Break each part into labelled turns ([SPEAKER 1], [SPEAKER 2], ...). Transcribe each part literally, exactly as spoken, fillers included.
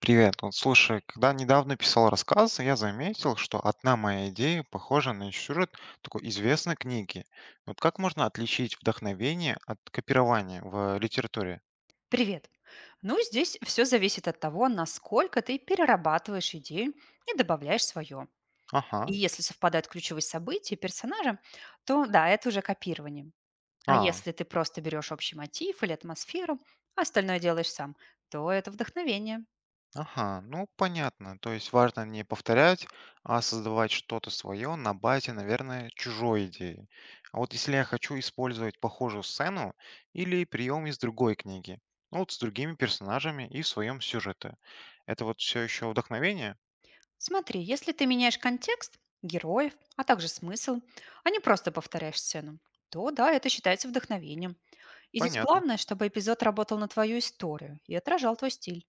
[SPEAKER 1] Привет. Вот слушай, когда недавно писал рассказ, я заметил, что одна моя идея похожа на сюжет такой известной книги. Вот как можно отличить вдохновение от копирования в литературе?
[SPEAKER 2] Привет! Ну, здесь все зависит от того, насколько ты перерабатываешь идею и добавляешь свое. И
[SPEAKER 1] Ага,
[SPEAKER 2] если совпадают ключевые события персонажа, то да, это уже копирование. А
[SPEAKER 1] а,
[SPEAKER 2] если ты просто берешь общий мотив или атмосферу, а остальное делаешь сам, то это вдохновение.
[SPEAKER 1] ага, ну понятно. То есть важно не повторять, а создавать что-то свое на базе, наверное, чужой идеи. А вот если я хочу использовать похожую сцену или прием из другой книги, ну вот с другими персонажами и в своем сюжете, это вот все еще вдохновение?
[SPEAKER 2] Смотри, если ты меняешь контекст, героев, а также смысл, а не просто повторяешь сцену, то да, это считается вдохновением. И здесь
[SPEAKER 1] Понятно,
[SPEAKER 2] главное, чтобы эпизод работал на твою историю и отражал твой стиль.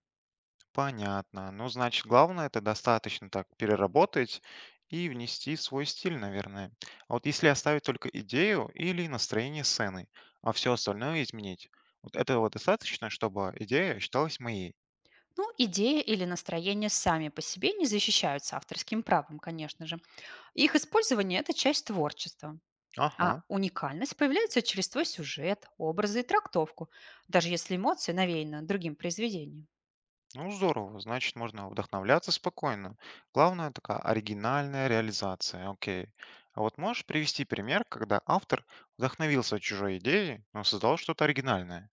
[SPEAKER 1] понятно. Ну, значит, главное это достаточно так переработать и внести свой стиль, наверное. А вот если оставить только идею или настроение сцены, а все остальное изменить, вот этого достаточно, чтобы идея считалась моей.
[SPEAKER 2] Ну, идея или настроение сами по себе не защищаются авторским правом, конечно же. Их использование – это часть творчества. А
[SPEAKER 1] Ага,
[SPEAKER 2] уникальность появляется через твой сюжет, образы и трактовку, даже если эмоции навеяны другим произведением.
[SPEAKER 1] ну здорово, значит, можно вдохновляться спокойно. Главное такая оригинальная реализация, окей. А вот можешь привести пример, когда автор вдохновился чужой идеей, но создал что-то оригинальное?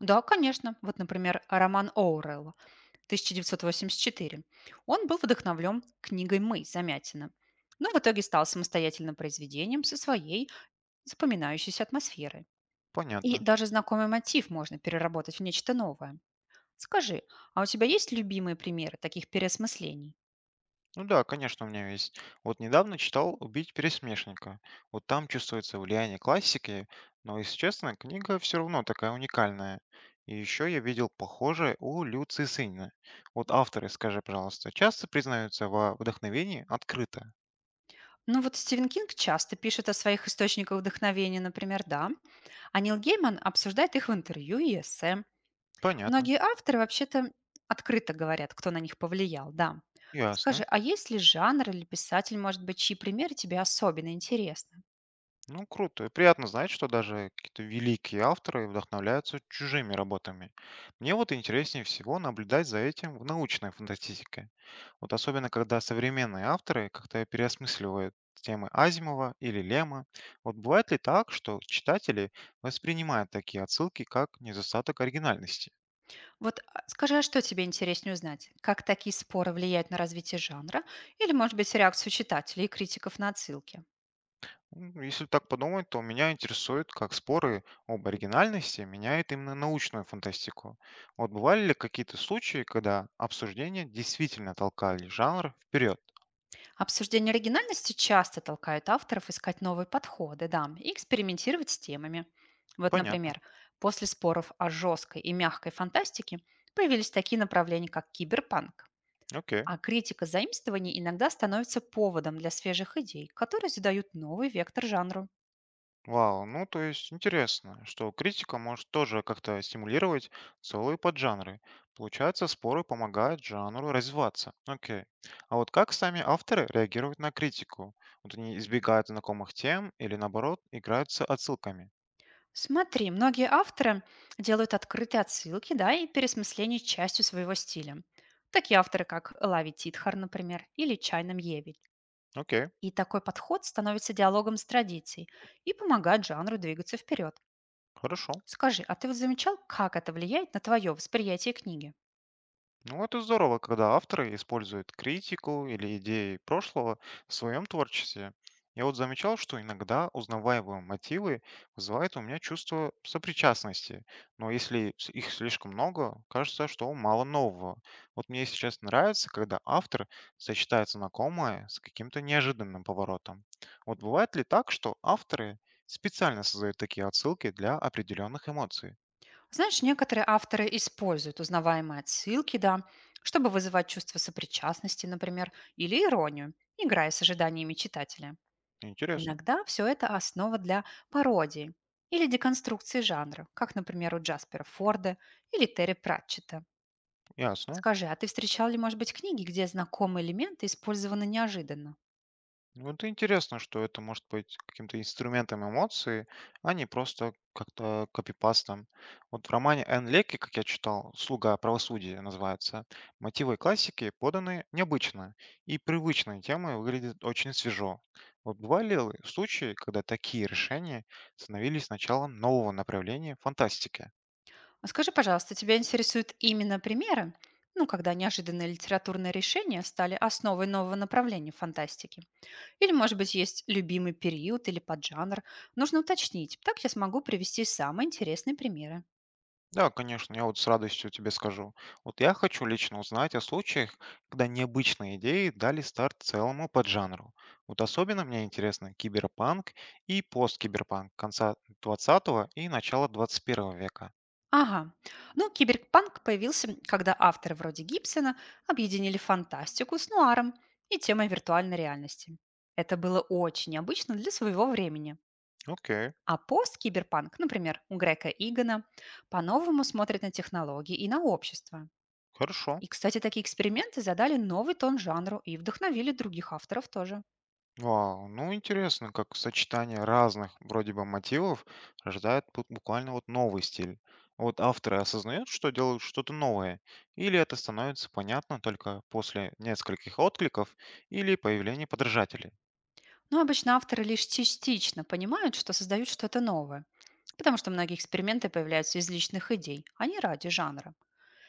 [SPEAKER 2] Да, конечно. Вот, например, роман Оурелла тысяча девятьсот восемьдесят четыре. Он был вдохновлен книгой «Мы» Замятина, но в итоге стал самостоятельным произведением со своей запоминающейся атмосферой. И
[SPEAKER 1] Понятно.
[SPEAKER 2] даже знакомый мотив можно переработать в нечто новое. Скажи, а у тебя есть любимые примеры таких переосмыслений?
[SPEAKER 1] Ну да, конечно, у меня есть. Вот недавно читал «Убить пересмешника». Вот там чувствуется влияние классики, но, если честно, книга все равно такая уникальная. И еще я видел похожее у Лю Цисыня. Вот авторы, скажи, пожалуйста, часто признаются во вдохновении открыто?
[SPEAKER 2] Ну вот Стивен Кинг часто пишет о своих источниках вдохновения, например, да, а Нил Гейман обсуждает их в интервью и эссе.
[SPEAKER 1] Понятно.
[SPEAKER 2] Многие авторы вообще-то открыто говорят, кто на них повлиял, да. Скажи,
[SPEAKER 1] Ясно.
[SPEAKER 2] а есть ли жанр или писатель, может быть, чьи примеры тебе особенно интересны?
[SPEAKER 1] Ну, круто. Приятно знать, что даже какие-то великие авторы вдохновляются чужими работами. Мне вот интереснее всего наблюдать за этим в научной фантастике. Вот особенно, когда современные авторы как-то переосмысливают темы Азимова или Лема. Вот бывает ли так, что читатели воспринимают такие отсылки как недостаток оригинальности?
[SPEAKER 2] Вот а, скажи, а что тебе интереснее узнать? Как такие споры влияют на развитие жанра? Или, может быть, реакцию читателей и критиков на отсылки?
[SPEAKER 1] М, Если так подумать, то меня интересует, как споры об оригинальности меняют именно научную фантастику. Вот бывали ли какие-то случаи, когда обсуждения действительно толкали жанр вперед?
[SPEAKER 2] Обсуждение оригинальности часто толкают авторов искать новые подходы, да, и экспериментировать с темами. Вот,
[SPEAKER 1] Понятно.
[SPEAKER 2] например, после споров о жесткой и мягкой фантастике появились такие направления, как киберпанк.
[SPEAKER 1] Окей.
[SPEAKER 2] А критика заимствований иногда становится поводом для свежих идей, которые задают новый вектор жанру.
[SPEAKER 1] Вау, ну то есть интересно, что критика может тоже как-то стимулировать целые поджанры. Получается, споры помогают жанру развиваться. Окей. А вот как сами авторы реагируют на критику? Вот они избегают знакомых тем или наоборот играются отсылками?
[SPEAKER 2] Смотри, многие авторы делают открытые отсылки, да, и пересмысление частью своего стиля. Такие авторы, как Лави Титхар, например, или Чайна Мьевич.
[SPEAKER 1] Окей,
[SPEAKER 2] И такой подход становится диалогом с традицией и помогает жанру двигаться вперед.
[SPEAKER 1] хорошо.
[SPEAKER 2] Скажи, а ты вот замечал, как это влияет на твое восприятие книги?
[SPEAKER 1] Ну, это здорово, когда авторы используют критику или идеи прошлого в своем творчестве. Я вот замечал, что иногда узнаваемые мотивы вызывают у меня чувство сопричастности, но если с- их слишком много, кажется, что мало нового. Вот мне сейчас нравится, когда автор сочетает знакомое с каким-то неожиданным поворотом. Вот бывает ли так, что авторы специально создают такие отсылки для определенных эмоций?
[SPEAKER 2] Знаешь, некоторые авторы используют узнаваемые отсылки, да, чтобы вызывать чувство сопричастности, например, или иронию, играя с ожиданиями читателя.
[SPEAKER 1] Интересно.
[SPEAKER 2] Иногда все это основа для пародии или деконструкции жанра, как, например, у Джаспера Форда или Терри Пратчета.
[SPEAKER 1] Ясно.
[SPEAKER 2] Скажи, а ты встречал ли, может быть, книги, где знакомые элементы использованы неожиданно?
[SPEAKER 1] Ну, это интересно, что это может быть каким-то инструментом эмоций, а не просто как-то копипастом. Вот в романе Энн Леки, как я читал, «Слуга правосудия» называется, мотивы классики поданы необычно, и привычные темы выглядят очень свежо. Вот бывали ли случаи, когда такие решения становились началом нового направления фантастики?
[SPEAKER 2] А скажи, пожалуйста, тебя интересуют именно примеры, ну, когда неожиданные литературные решения стали основой нового направления фантастики? Или, может быть, есть любимый период или поджанр? Нужно уточнить. Так я смогу привести самые интересные примеры.
[SPEAKER 1] Да, конечно, я вот с радостью тебе скажу. Вот я хочу лично узнать о случаях, когда необычные идеи дали старт целому поджанру. Вот особенно мне интересно киберпанк и посткиберпанк конца двадцатого и начала двадцать первого века.
[SPEAKER 2] Ага. Ну, киберпанк появился, когда авторы вроде Гибсона объединили фантастику с нуаром и темой виртуальной реальности. Это было очень необычно для своего времени.
[SPEAKER 1] Окей,
[SPEAKER 2] А пост-киберпанк, например, у Грека Игана, по-новому смотрит на технологии и на общество.
[SPEAKER 1] хорошо.
[SPEAKER 2] И, кстати, такие эксперименты задали новый тон жанру и вдохновили других авторов тоже.
[SPEAKER 1] Вау, ну интересно, как сочетание разных вроде бы мотивов рождает бу- буквально вот новый стиль. Вот авторы осознают, что делают что-то новое, или это становится понятно только после нескольких откликов или появления подражателей.
[SPEAKER 2] Но обычно авторы лишь частично понимают, что создают что-то новое, потому что многие эксперименты появляются из личных идей, а не ради жанра.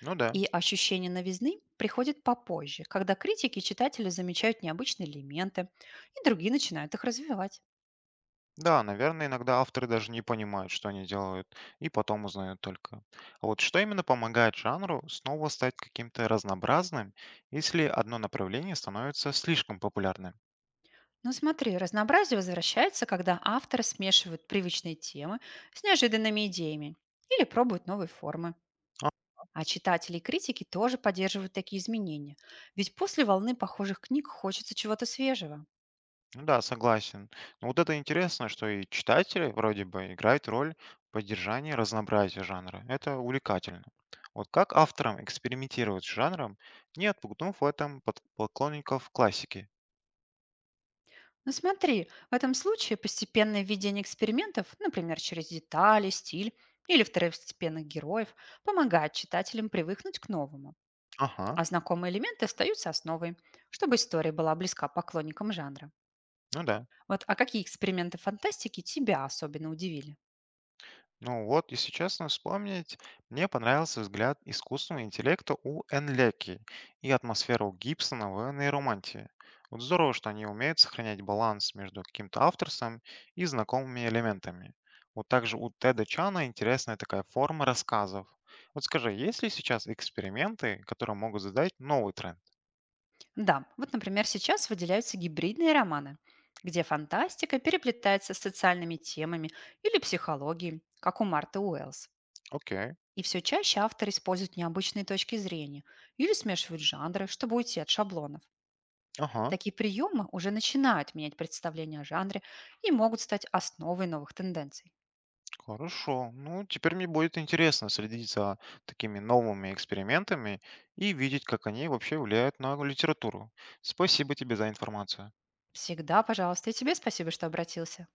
[SPEAKER 1] Ну да.
[SPEAKER 2] И ощущение новизны приходит попозже, когда критики и читатели замечают необычные элементы, и другие начинают их развивать.
[SPEAKER 1] Да, наверное, иногда авторы даже не понимают, что они делают, и потом узнают только. А вот что именно помогает жанру снова стать каким-то разнообразным, если одно направление становится слишком популярным?
[SPEAKER 2] Ну смотри, разнообразие возвращается, когда авторы смешивают привычные темы с неожиданными идеями или пробуют новые формы. А читатели и критики тоже поддерживают такие изменения. Ведь после волны похожих книг хочется чего-то свежего.
[SPEAKER 1] Ну да, согласен. Но вот это интересно, что и читатели вроде бы играют роль поддержания разнообразия жанра. Это увлекательно. Вот как авторам экспериментировать с жанром, не отпугнув в этом под- поклонников классики?
[SPEAKER 2] Но смотри, в этом случае постепенное введение экспериментов, например, через детали, стиль или второстепенных героев, помогает читателям привыкнуть к новому.
[SPEAKER 1] Ага,
[SPEAKER 2] А знакомые элементы остаются основой, чтобы история была близка поклонникам жанра.
[SPEAKER 1] ну да.
[SPEAKER 2] Вот, а какие эксперименты фантастики тебя особенно удивили?
[SPEAKER 1] Ну вот, если честно вспомнить, мне понравился взгляд искусственного интеллекта у Энлеки и атмосфера у Гибсона в нейромантии. Вот здорово, что они умеют сохранять баланс между каким-то авторством и знакомыми элементами. Вот также у Теда Чана интересная такая форма рассказов. Вот скажи, есть ли сейчас эксперименты, которые могут задать новый тренд?
[SPEAKER 2] Да, вот, например, сейчас выделяются гибридные романы, где фантастика переплетается с социальными темами или психологией, как у Марты Уэллс.
[SPEAKER 1] Окей,
[SPEAKER 2] И все чаще авторы используют необычные точки зрения или смешивают жанры, чтобы уйти от шаблонов.
[SPEAKER 1] ага.
[SPEAKER 2] Такие приемы уже начинают менять представление о жанре и могут стать основой новых тенденций.
[SPEAKER 1] Хорошо. Ну, теперь мне будет интересно следить за такими новыми экспериментами и видеть, как они вообще влияют на литературу. Спасибо тебе за информацию.
[SPEAKER 2] Всегда, пожалуйста, и тебе спасибо, что обратился.